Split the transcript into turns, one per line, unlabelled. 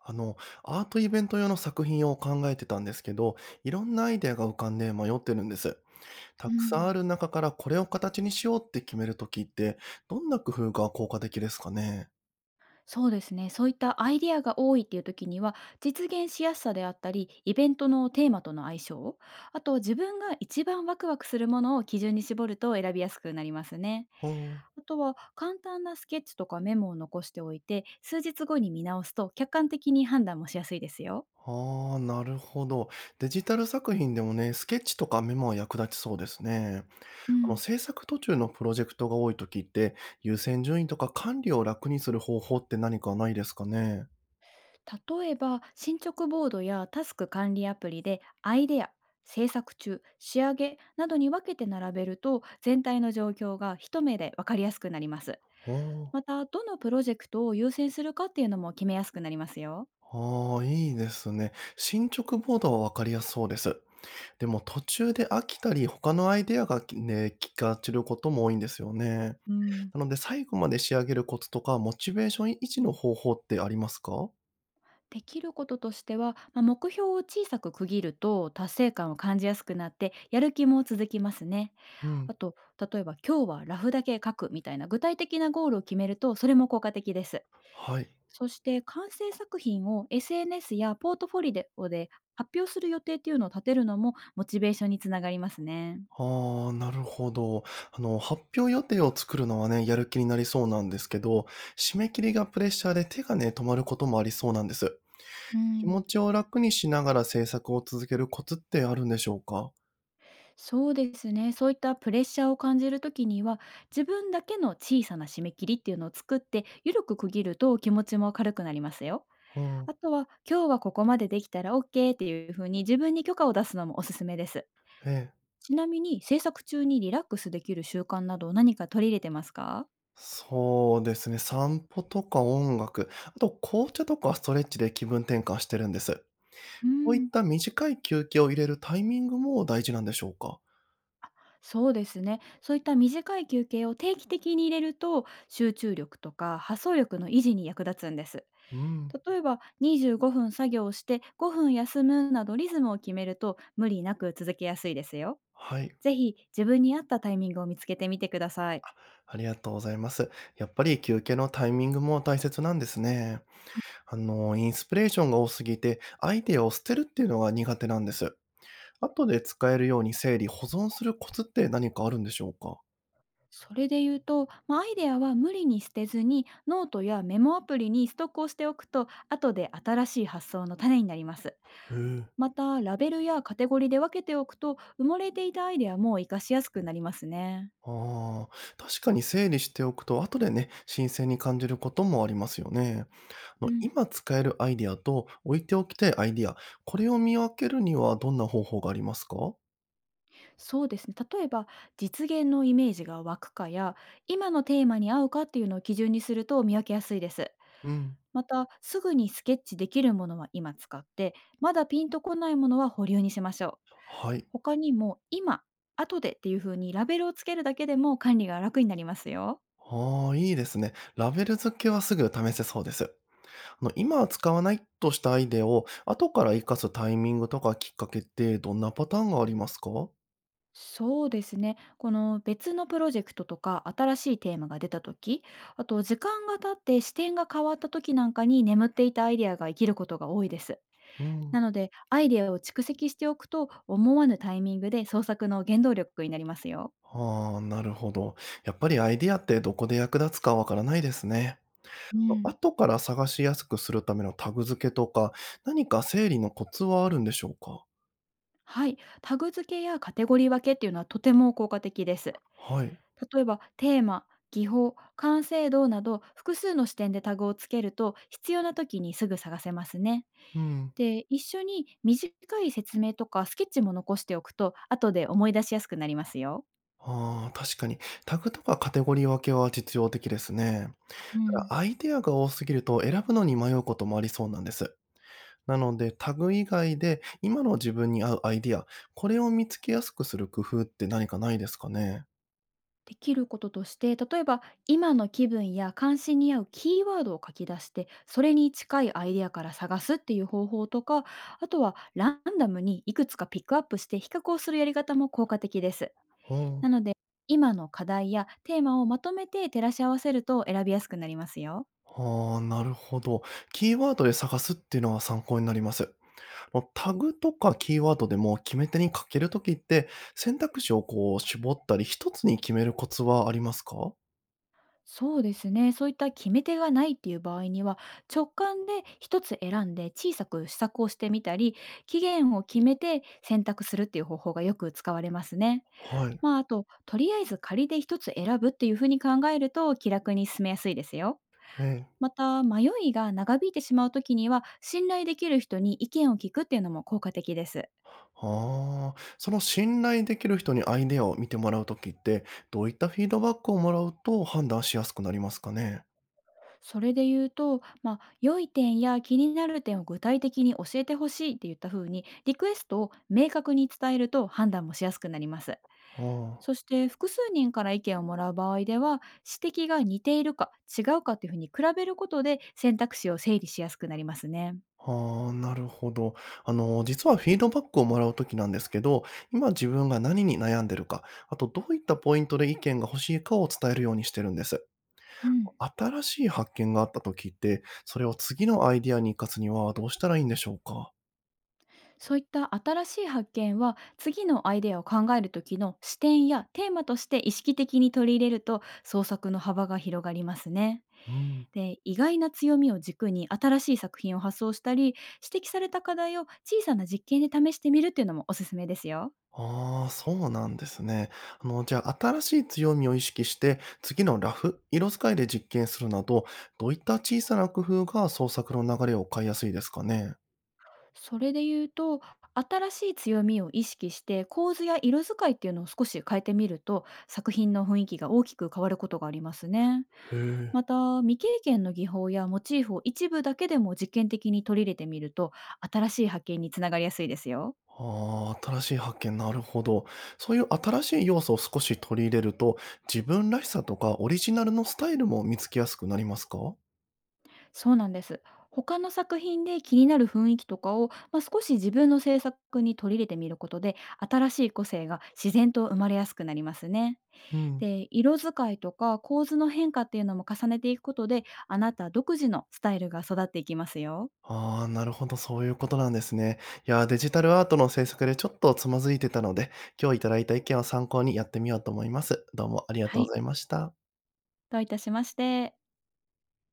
あの、アートイベント用の作品を考えてたんですけど、いろんなアイデアが浮かんで迷ってるんです。
う
たくさん
ん、
ある中からこれを形にしようって決めるときって、どんな工夫が効果的ですかね？
そうですね。そういったアイデアが多いっていう時には、実現しやすさであったり、イベントのテーマとの相性、あと自分が一番ワクワクするものを基準に絞ると選びやすくなりますね。
ほう。
あとは簡単なスケッチとかメモを残しておいて、数日後に見直すと客観的に判断もしやすいですよ。
ああ、なるほど。デジタル作品でもね、スケッチとかメモは役立ちそうですね。
うん。
制作途中のプロジェクトが多いときって、優先順位とか管理を楽にする方法って何かないですかね？
例えば進捗ボードやタスク管理アプリでアイデア、制作中、仕上げなどに分けて並べると全体の状況が一目で分かりやすくなります。
ほう。
またどのプロジェクトを優先するかっていうのも決めやすくなりますよ。
ああ、いいですね。進捗ボードは分かりやすそうです。でも途中で飽きたり、他のアイデアが気が散ることも多いんですよね。
うん、
なので最後まで仕上げるコツとか、モチベーション維持の方法ってありますか？
できることとしては、まあ、目標を小さく区切ると達成感を感じやすくなってやる気も続きますね。
うん。
あと例えば今日はラフだけ書くみたいな具体的なゴールを決めるとそれも効果的です。
はい。
そして完成作品を SNS やポートフォリオで発表する予定っていうのを立てるのもモチベーションにつながりますね。
ああ、なるほど。発表予定を作るのはね、やる気になりそうなんですけど、締め切りがプレッシャーで手がね、止まることもありそうなんです。
う
気
ん、
持ちを楽にしながら制作を続けるコツってあるんでしょうか？
そうですね。そういったプレッシャーを感じるときには、自分だけの小さな締め切りっていうのを作って、緩く区切ると気持ちも軽くなりますよ。
うん。
あとは、今日はここまでできたら OK っていうふうに自分に許可を出すのもおすすめです。
ええ。
ちなみに、制作中にリラックスできる習慣など何か取り入れてますか？
そうですね、散歩とか音楽、あと紅茶とかストレッチで気分転換してるんです。
う
こういっ
ん。
た短い休憩を入れるタイミングも大事なんでしょうか？
そうですね。そういった短い休憩を定期的に入れると、集中力とか発想力の維持に役立つんです。
うん、
例えば、25分作業をして5分休むなどリズムを決めると、無理なく続けやすいですよ。
はい、
ぜひ、自分に合ったタイミングを見つけてみてください。
ありがとうございます。やっぱり休憩のタイミングも大切なんですね。インスピレーションが多すぎて、アイデアを捨てるっていうのが苦手なんです。後で使えるように整理保存するコツって何かあるんでしょうか？
それで言うと、まあアイデアは無理に捨てずに、ノートやメモアプリにストックをしておくと、後で新しい発想の種になります。
へえ。
また、ラベルやカテゴリーで分けておくと、埋もれていたアイデアも活かしやすくなりますね。
ああ、確かに整理しておくと、後でね、新鮮に感じることもありますよね。あ
う
の
ん、
今使えるアイディアと置いておきたいアイディア、これを見分けるにはどんな方法がありますか？
そうですね。例えば、実現のイメージが湧くかや、今のテーマに合うかっていうのを基準にすると見分けやすいです。
うん。
また、すぐにスケッチできるものは今使って、まだピンとこないものは保留にしましょう。
はい。
他にも、今、後でっていう風にラベルをつけるだけでも管理が楽になりますよ。
ああ、いいですね。ラベル付けはすぐ試せそうです。今は使わないとしたアイデアを後から活かすタイミングとかきっかけってどんなパターンがありますか？
そうですね。この別のプロジェクトとか新しいテーマが出た時、あと時間が経って視点が変わった時なんかに眠っていたアイデアが生きることが多いです。
うん。
なので、アイデアを蓄積しておくと思わぬタイミングで創作の原動力になりますよ。
ああ、なるほど。やっぱりアイディアってどこで役立つかわからないですね。
う
と、
ん。
後から探しやすくするためのタグ付けとか、何か整理のコツはあるんでしょうか？
はい、タグ付けやカテゴリー分けっていうのはとても効果的です。
はい。
例えばテーマ、技法、完成度など複数の視点でタグをつけると必要な時にすぐ探せますね。
うん。
で、一緒に短い説明とかスケッチも残しておくと、後で思い出しやすくなりますよ。
ああ、確かに。タグとかカテゴリー分けは実用的ですね。
う
た
ん。
だアイデアが多すぎると選ぶのに迷うこともありそうなんです。なので、タグ以外で今の自分に合うアイデア、これを見つけやすくする工夫って何かないですかね？
できることとして、例えば今の気分や関心に合うキーワードを書き出して、それに近いアイデアから探すっていう方法とか、あとはランダムにいくつかピックアップして比較をするやり方も効果的です。
うん。
なので、今の課題やテーマをまとめて照らし合わせると選びやすくなりますよ。
ああ、なるほど。キーワードで探すっていうのは参考になります。もうタグとかキーワードでも決め手にかけるときって、選択肢をこう絞ったり、一つに決めるコツはありますか？
そうですね。そういった決め手がないっていう場合には、直感で一つ選んで小さく試作をしてみたり、期限を決めて選択するっていう方法がよく使われますね。
はい。
まあ、あと、とりあえず仮で一つ選ぶっていうふうに考えると気楽に進めやすいですよ。
ね。
また、迷いが長引いてしまうときには、信頼できる人に意見を聞くっていうのも効果的です。
ああ、その信頼できる人にアイデアを見てもらうときって、どういったフィードバックをもらうと判断しやすくなりますかね？
それで言うと、まあ、良い点や気になる点を具体的に教えてほしいって言った風に、リクエストを明確に伝えると判断もしやすくなります。
あ
そして複数人から意見をもらう場合では、指摘が似ているか違うかというふうに比べることで選択肢を整理しやすくなりますね。
あ、ああ、なるほど。実はフィードバックをもらうときなんですけど、今自分が何に悩んでるか、あとどういったポイントで意見が欲しいかを伝えるようにしてるんです。
うん、
新しい発見があった時って、それを次のアイディアに活かすにはどうしたらいいんでしょうか？
そういった新しい発見は次のアイデアを考える時の視点やテーマとして意識的に取り入れると創作の幅が広がりますね。
うん。
で、意外な強みを軸に新しい作品を発想したり、指摘された課題を小さな実験で試してみるっていうのもおすすめですよ。
ああ、そうなんですね。あの、じゃあ、新しい強みを意識して、次のラフ、色使いで実験するなど、どういった小さな工夫が創作の流れを変えやすいですかね？
それで言うと、新しい強みを意識して構図や色使いっていうのを少し変えてみると、作品の雰囲気が大きく変わることがありますね。
へ
ま
え。
た、未経験の技法やモチーフを一部だけでも実験的に取り入れてみると、新しい発見につながりやすいですよ。
ああ、新しい発見、なるほど。そういう新しい要素を少し取り入れると、自分らしさとかオリジナルのスタイルも見つけやすくなりますか？
そうなんです。他の作品で気になる雰囲気とかを、まあ、少し自分の制作に取り入れてみることで新しい個性が自然と生まれやすくなりますね。
うん。
で、色使いとか構図の変化っていうのも重ねていくことであなた独自のスタイルが育っていきますよ。
ああ、なるほど、そういうことなんですね。いやー、デジタルアートの制作でちょっとつまずいてたので、今日いただいた意見を参考にやってみようと思います。どうもありが
は
とうご
い。
ざいました。
どういたしまして。